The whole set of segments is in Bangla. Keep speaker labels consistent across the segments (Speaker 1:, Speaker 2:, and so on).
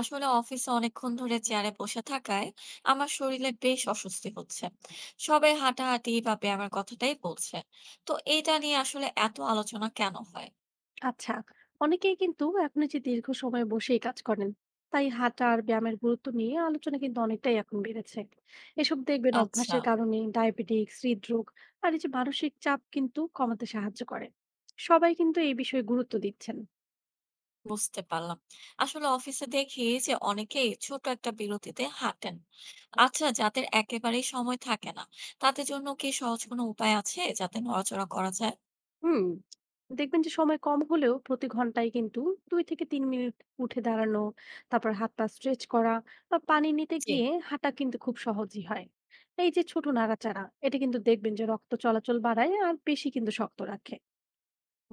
Speaker 1: আসলে অফিসে অনেকক্ষণ ধরে চেয়ারে বসে থাকায় আমার শরীরে বেশ অস্বস্তি হচ্ছে। সবাই হাঁটাহাঁটি বা ব্যায়ামের কথাটাই বলছে। তো এটা নিয়ে আসলে এত আলোচনা কেন হয়?
Speaker 2: আচ্ছা, অনেকেই কিন্তু এখন এই যে দীর্ঘ সময় বসেই কাজ করেন। তাই হাঁটা আর ব্যায়ামের গুরুত্ব নিয়ে আলোচনা কিন্তু অনেকটাই এখন বেড়েছে। এসব দেখবেন
Speaker 1: আচ্ছা,
Speaker 2: অভ্যাসের কারণে ডায়াবেটিক্স, হৃদরোগ আর এই যে মানসিক চাপ কিন্তু কমাতে সাহায্য করে। সবাই কিন্তু এই বিষয়ে গুরুত্ব দিচ্ছেন।
Speaker 1: বুঝতে পারলাম। আসলে অফিসে দেখি যে অনেকেই ছোট একটা বিরতিতে হাঁটেন। আচ্ছা, যাদের একেবারেই সময় থাকে না, তাদের জন্য কি সহজ কোনো উপায় আছে যাতে নড়াচড়া করা যায়?
Speaker 2: হুম, দেখবেন যে সময় কম হলেও প্রতি ঘন্টায় কিন্তু ২ থেকে ৩ মিনিট উঠে দাঁড়ানো, তারপর হাত পা স্ট্রেচ করা বা পানি নিতে
Speaker 1: জি,
Speaker 2: গিয়ে হাঁটা কিন্তু খুব সহজই হয়। এই যে ছোট নাড়াচাড়া এটা কিন্তু দেখবেন যে রক্ত চলাচল বাড়ায় আর পেশি কিন্তু শক্ত রাখে।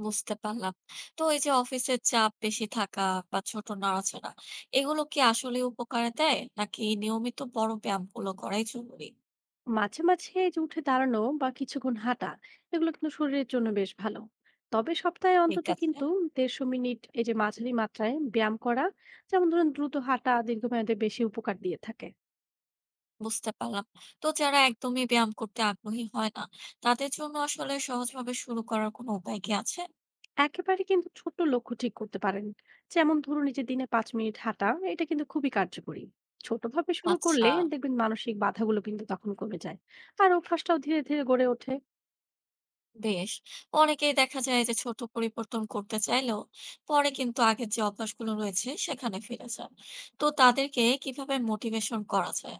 Speaker 1: বুঝতে পারলাম। তো এই যে অফিসের চাপ বেশি থাকা বা ছোট নড়াচড়া, এগুলো কি আসলে উপকারে দেয়? নাকি নিয়মিত বড় ব্যায়ামগুলো করাই জরুরি?
Speaker 2: মাঝে মাঝে এই যে উঠে দাঁড়ানো বা কিছুক্ষণ হাঁটা এগুলো কিন্তু শরীরের জন্য বেশ ভালো। তবে সপ্তাহে
Speaker 1: ঠিক
Speaker 2: অন্তত
Speaker 1: আছে,
Speaker 2: কিন্তু ১৫০ মিনিট এই যে মাঝারি মাত্রায় ব্যায়াম করা, যেমন ধরুন দ্রুত হাঁটা দীর্ঘমেয়াদে বেশি উপকার দিয়ে থাকে।
Speaker 1: বুঝতে পারলাম। তো যারা একদমই ব্যায়াম করতে আগ্রহী হয় না, তাদের জন্য আসলে সহজভাবে শুরু করার কোনো উপায় কি আছে?
Speaker 2: একেবারে কিন্তু ছোট্ট লক্ষ্য ঠিক করতে পারেন, যেমন ধরুন এই যে দিনে ৫ মিনিট হাঁটা এটা কিন্তু খুবই কার্যকরী। ছোটভাবে শুরু
Speaker 1: আচ্ছা,
Speaker 2: করলে দেখবেন মানসিক বাধাগুলো কিন্তু তখন কমে যায় আর অভ্যাসটাও ধীরে ধীরে গড়ে ওঠে।
Speaker 1: বেশ। অনেকেই দেখা যায় যে ছোট পরিবর্তন করতে চাইলেও পরে কিন্তু আগের যে অভ্যাসগুলো রয়েছে সেখানে ফিরে যান। তো তাদেরকে কিভাবে মোটিভেশন করা যায়?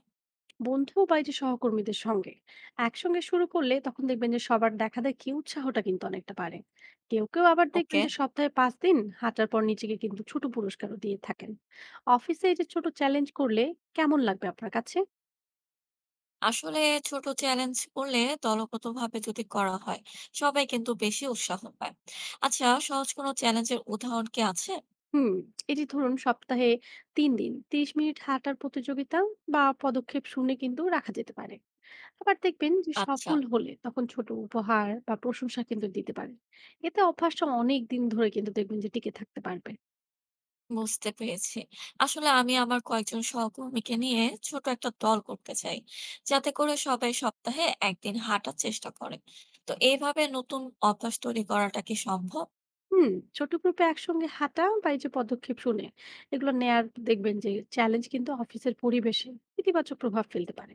Speaker 2: বন্ধু বা এই যে সহকর্মীদের সঙ্গে একসঙ্গে শুরু করলে তখন দেখবেন যে সবার দেখা দেখি উৎসাহটা কিন্তু অনেকটা বাড়ে। কেউ কেউ আবার দেখবেন
Speaker 1: ওকে।
Speaker 2: যে সপ্তাহে ৫ দিন হাঁটার পর নিজেকে কিন্তু ছোট পুরস্কারও দিয়ে থাকেন। অফিসে এই যে ছোট চ্যালেঞ্জ করলে কেমন লাগবে আপনার কাছে?
Speaker 1: আসলে ছোট চ্যালেঞ্জ করলে, দলগতভাবে যদি করা হয়, সবাই কিন্তু বেশি উৎসাহ পায়। আচ্ছা, সহজ কোনো চ্যালেঞ্জের উদাহরণ কি আছে?
Speaker 2: হুম, এটি ধরুন সপ্তাহে ৩ দিন ৩০ মিনিট হাঁটার প্রতিযোগিতা বা পদক্ষেপ শুনে কিন্তু রাখা যেতে পারে। আবার দেখবেন যে
Speaker 1: আচ্ছা,
Speaker 2: সফল হলে তখন ছোট উপহার বা প্রশংসা কিন্তু দিতে পারে। এতে অভ্যাসটা অনেক দিন ধরে কিন্তু দেখবেন যে টিকে থাকতে পারবে।
Speaker 1: বুঝতে পেরেছি। আসলে আমি আমার কয়েকজন সহকর্মীকে নিয়ে ছোট একটা দল করতে চাই, যাতে করে সবাই সপ্তাহে একদিন হাঁটার চেষ্টা করে। তো এইভাবে নতুন অভ্যাস তৈরি করাটা কি সম্ভব?
Speaker 2: হুম, ছোট গ্রুপে একসঙ্গে হাঁটা বা এই যে পদক্ষেপ শুনে এগুলো নেয়ার দেখবেন যে চ্যালেঞ্জ কিন্তু অফিসের পরিবেশে ইতিবাচক প্রভাব ফেলতে পারে।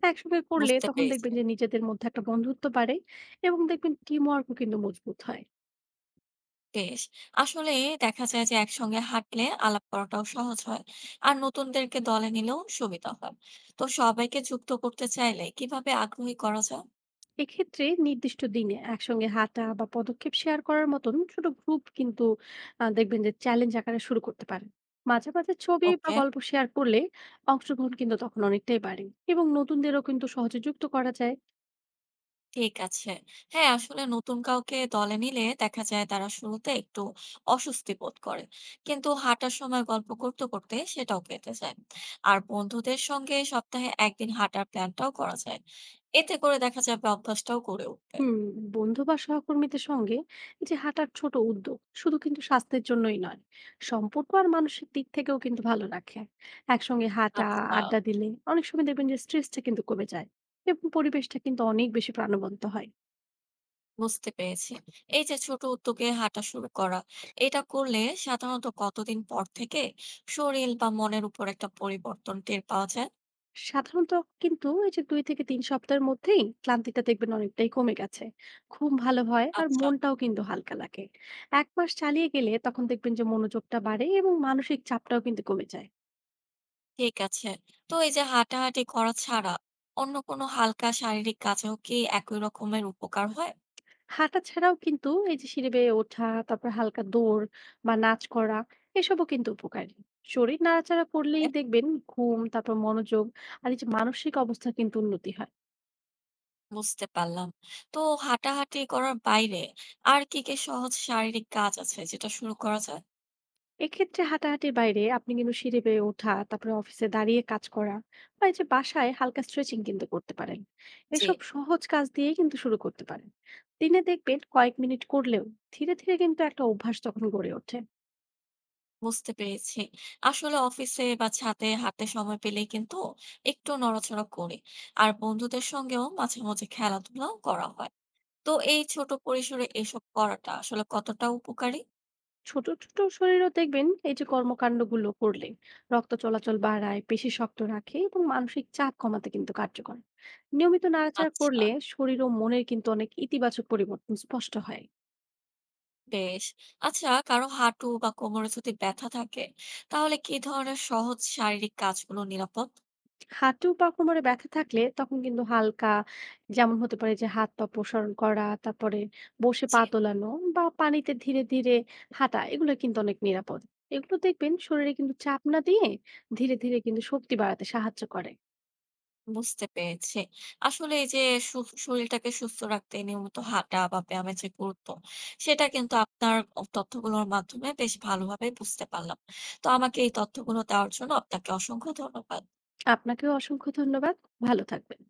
Speaker 2: তা একসঙ্গে করলে
Speaker 1: বুঝতে
Speaker 2: তখন
Speaker 1: পেরেছি।
Speaker 2: দেখবেন যে নিজেদের মধ্যে একটা বন্ধুত্ব বাড়ে এবং দেখবেন টিম ওয়ার্কও কিন্তু মজবুত হয়।
Speaker 1: বেশ। আসলে দেখা যায় যে একসঙ্গে হাঁটলে আলাপ করাটাও সহজ হয়, আর নতুনদেরকে দলে নিলেও সুবিধা হয়। তো সবাইকে যুক্ত করতে চাইলে কিভাবে আগ্রহী করা যায়?
Speaker 2: এক্ষেত্রে নির্দিষ্ট দিনে একসঙ্গে হাঁটা বা পদক্ষেপ শেয়ার করার মতন ছোট গ্রুপ কিন্তু দেখবেন যে চ্যালেঞ্জ আকারে শুরু করতে পারেন। মাঝে মাঝে ছবি বা
Speaker 1: ওকে।
Speaker 2: গল্প শেয়ার করলে অংশগ্রহণ কিন্তু তখন অনেকটাই বাড়ে এবং নতুনদেরও কিন্তু সহজে যুক্ত করা যায়।
Speaker 1: ঠিক আছে। হ্যাঁ, আসলে নতুন কাউকে দলে নিলে দেখা যায় তারা শুরুতে একটু অস্বস্তি বোধ করে, কিন্তু হাঁটার সময় গল্প করতে করতে সেটাও কেটে যায়। আর বন্ধুদের সঙ্গে সপ্তাহে একদিন হাঁটার প্ল্যানটাও করা যায়। এতে করে দেখা যাবে অভ্যাসটাও গড়ে উঠবে।
Speaker 2: হুম, বন্ধু বা সহকর্মীদের সঙ্গে এই যে হাঁটার ছোট উদ্যোগ শুধু কিন্তু স্বাস্থ্যের জন্যই নয়, সম্পর্ক আর মানসিক দিক থেকেও কিন্তু ভালো রাখে। একসঙ্গে হাঁটা,
Speaker 1: আচ্ছা,
Speaker 2: আড্ডা দিলে অনেক সময় দেখবেন যে স্ট্রেসটা কিন্তু কমে যায় এবং পরিবেশটা কিন্তু অনেক বেশি প্রাণবন্ত হয়।
Speaker 1: বুঝতে পেরেছি। এই যে ছোট উদ্যোগে হাঁটা শুরু করা, এটা করলে সাধারণত কতদিন পর থেকে শরীর বা মনের উপর একটা পরিবর্তন টের পাওয়া যায়?
Speaker 2: সাধারণত কিন্তু এই যে ২-৩ সপ্তাহের মধ্যেই ক্লান্তিটা দেখবেন অনেকটাই কমে গেছে। ঘুম ভালো হয় আর
Speaker 1: আচ্ছা,
Speaker 2: মনটাও কিন্তু হালকা লাগে। ১ মাস চালিয়ে গেলে তখন দেখবেন যে মনোযোগটা বাড়ে এবং মানসিক চাপটাও কিন্তু কমে যায়।
Speaker 1: ঠিক আছে। তো এই যে হাঁটাহাঁটি করা ছাড়া অন্য কোনো হালকা শারীরিক কাজেও কি একই রকমের উপকার হয়?
Speaker 2: হাঁটা ছাড়াও কিন্তু এই যে সিঁড়ি বেয়ে ওঠা, তারপর হালকা দৌড় বা নাচ করা এসবও কিন্তু উপকারী। শরীর নাড়াচাড়া করলেই
Speaker 1: ওকে,
Speaker 2: দেখবেন ঘুম, তারপর মনোযোগ আর এই যে মানসিক অবস্থার কিন্তু উন্নতি হয়।
Speaker 1: বুঝতে পারলাম। তো হাঁটাহাঁটি করার বাইরে আর কি কি সহজ শারীরিক কাজ আছে যেটা শুরু করা যায়?
Speaker 2: এক্ষেত্রে হাঁটাহাঁটির বাইরে আপনি কিন্তু সিঁড়ি বেয়ে ওঠা, তারপরে অফিসে দাঁড়িয়ে কাজ করা বা এই যে বাসায় হালকা স্ট্রেচিং কিন্তু করতে পারেন।
Speaker 1: জি।
Speaker 2: এসব সহজ কাজ দিয়ে কিন্তু শুরু করতে পারেন। দিনে দেখবেন কয়েক মিনিট করলেও ধীরে ধীরে কিন্তু একটা অভ্যাস তখন গড়ে ওঠে।
Speaker 1: বুঝতে পেরেছি। আসলে অফিসে বা ছাদে হাঁটতে সময় পেলেই কিন্তু একটু নড়াচড়া করি। আর বন্ধুদের সঙ্গেও মাঝে মাঝে খেলাধুলাও করা হয়। তো এই ছোট পরিসরে এসব করাটা আসলে কতটা উপকারী?
Speaker 2: ছোট ছোট শরীরও দেখবেন এই যে কর্মকাণ্ডগুলো করলে রক্ত চলাচল বাড়ায়, পেশি শক্ত রাখে এবং মানসিক চাপ কমাতে কিন্তু কার্যকর। নিয়মিত নাড়াচাড়া
Speaker 1: আচ্ছা,
Speaker 2: করলে শরীর ও মনের কিন্তু অনেক ইতিবাচক পরিবর্তন স্পষ্ট হয়।
Speaker 1: বেশ। আচ্ছা, কারো হাঁটু বা কোমরে যদি ব্যথা থাকে, তাহলে কি ধরনের সহজ শারীরিক কাজগুলো নিরাপদ?
Speaker 2: হাঁটু বা কোমরে ব্যথা থাকলে তখন কিন্তু হালকা, যেমন হতে পারে যে হাত পা প্রসারণ করা, তারপরে বসে পা
Speaker 1: জি।
Speaker 2: দোলানো বা পানিতে ধীরে ধীরে হাঁটা এগুলো কিন্তু অনেক নিরাপদ। এগুলো দেখবেন শরীরে কিন্তু চাপ না দিয়ে ধীরে ধীরে কিন্তু শক্তি বাড়াতে সাহায্য করে।
Speaker 1: বুঝতে পেরেছি। আসলে এই যে সু শরীরটাকে সুস্থ রাখতে নিয়মিত হাঁটা বা ব্যায়ামের যে গুরুত্ব, সেটা কিন্তু আপনার তথ্যগুলোর মাধ্যমে বেশ ভালোভাবে বুঝতে পারলাম। তো আমাকে এই তথ্যগুলো দেওয়ার জন্য আপনাকে অসংখ্য ধন্যবাদ।
Speaker 2: আপনাকেও অসংখ্য ধন্যবাদ। ভালো থাকবেন।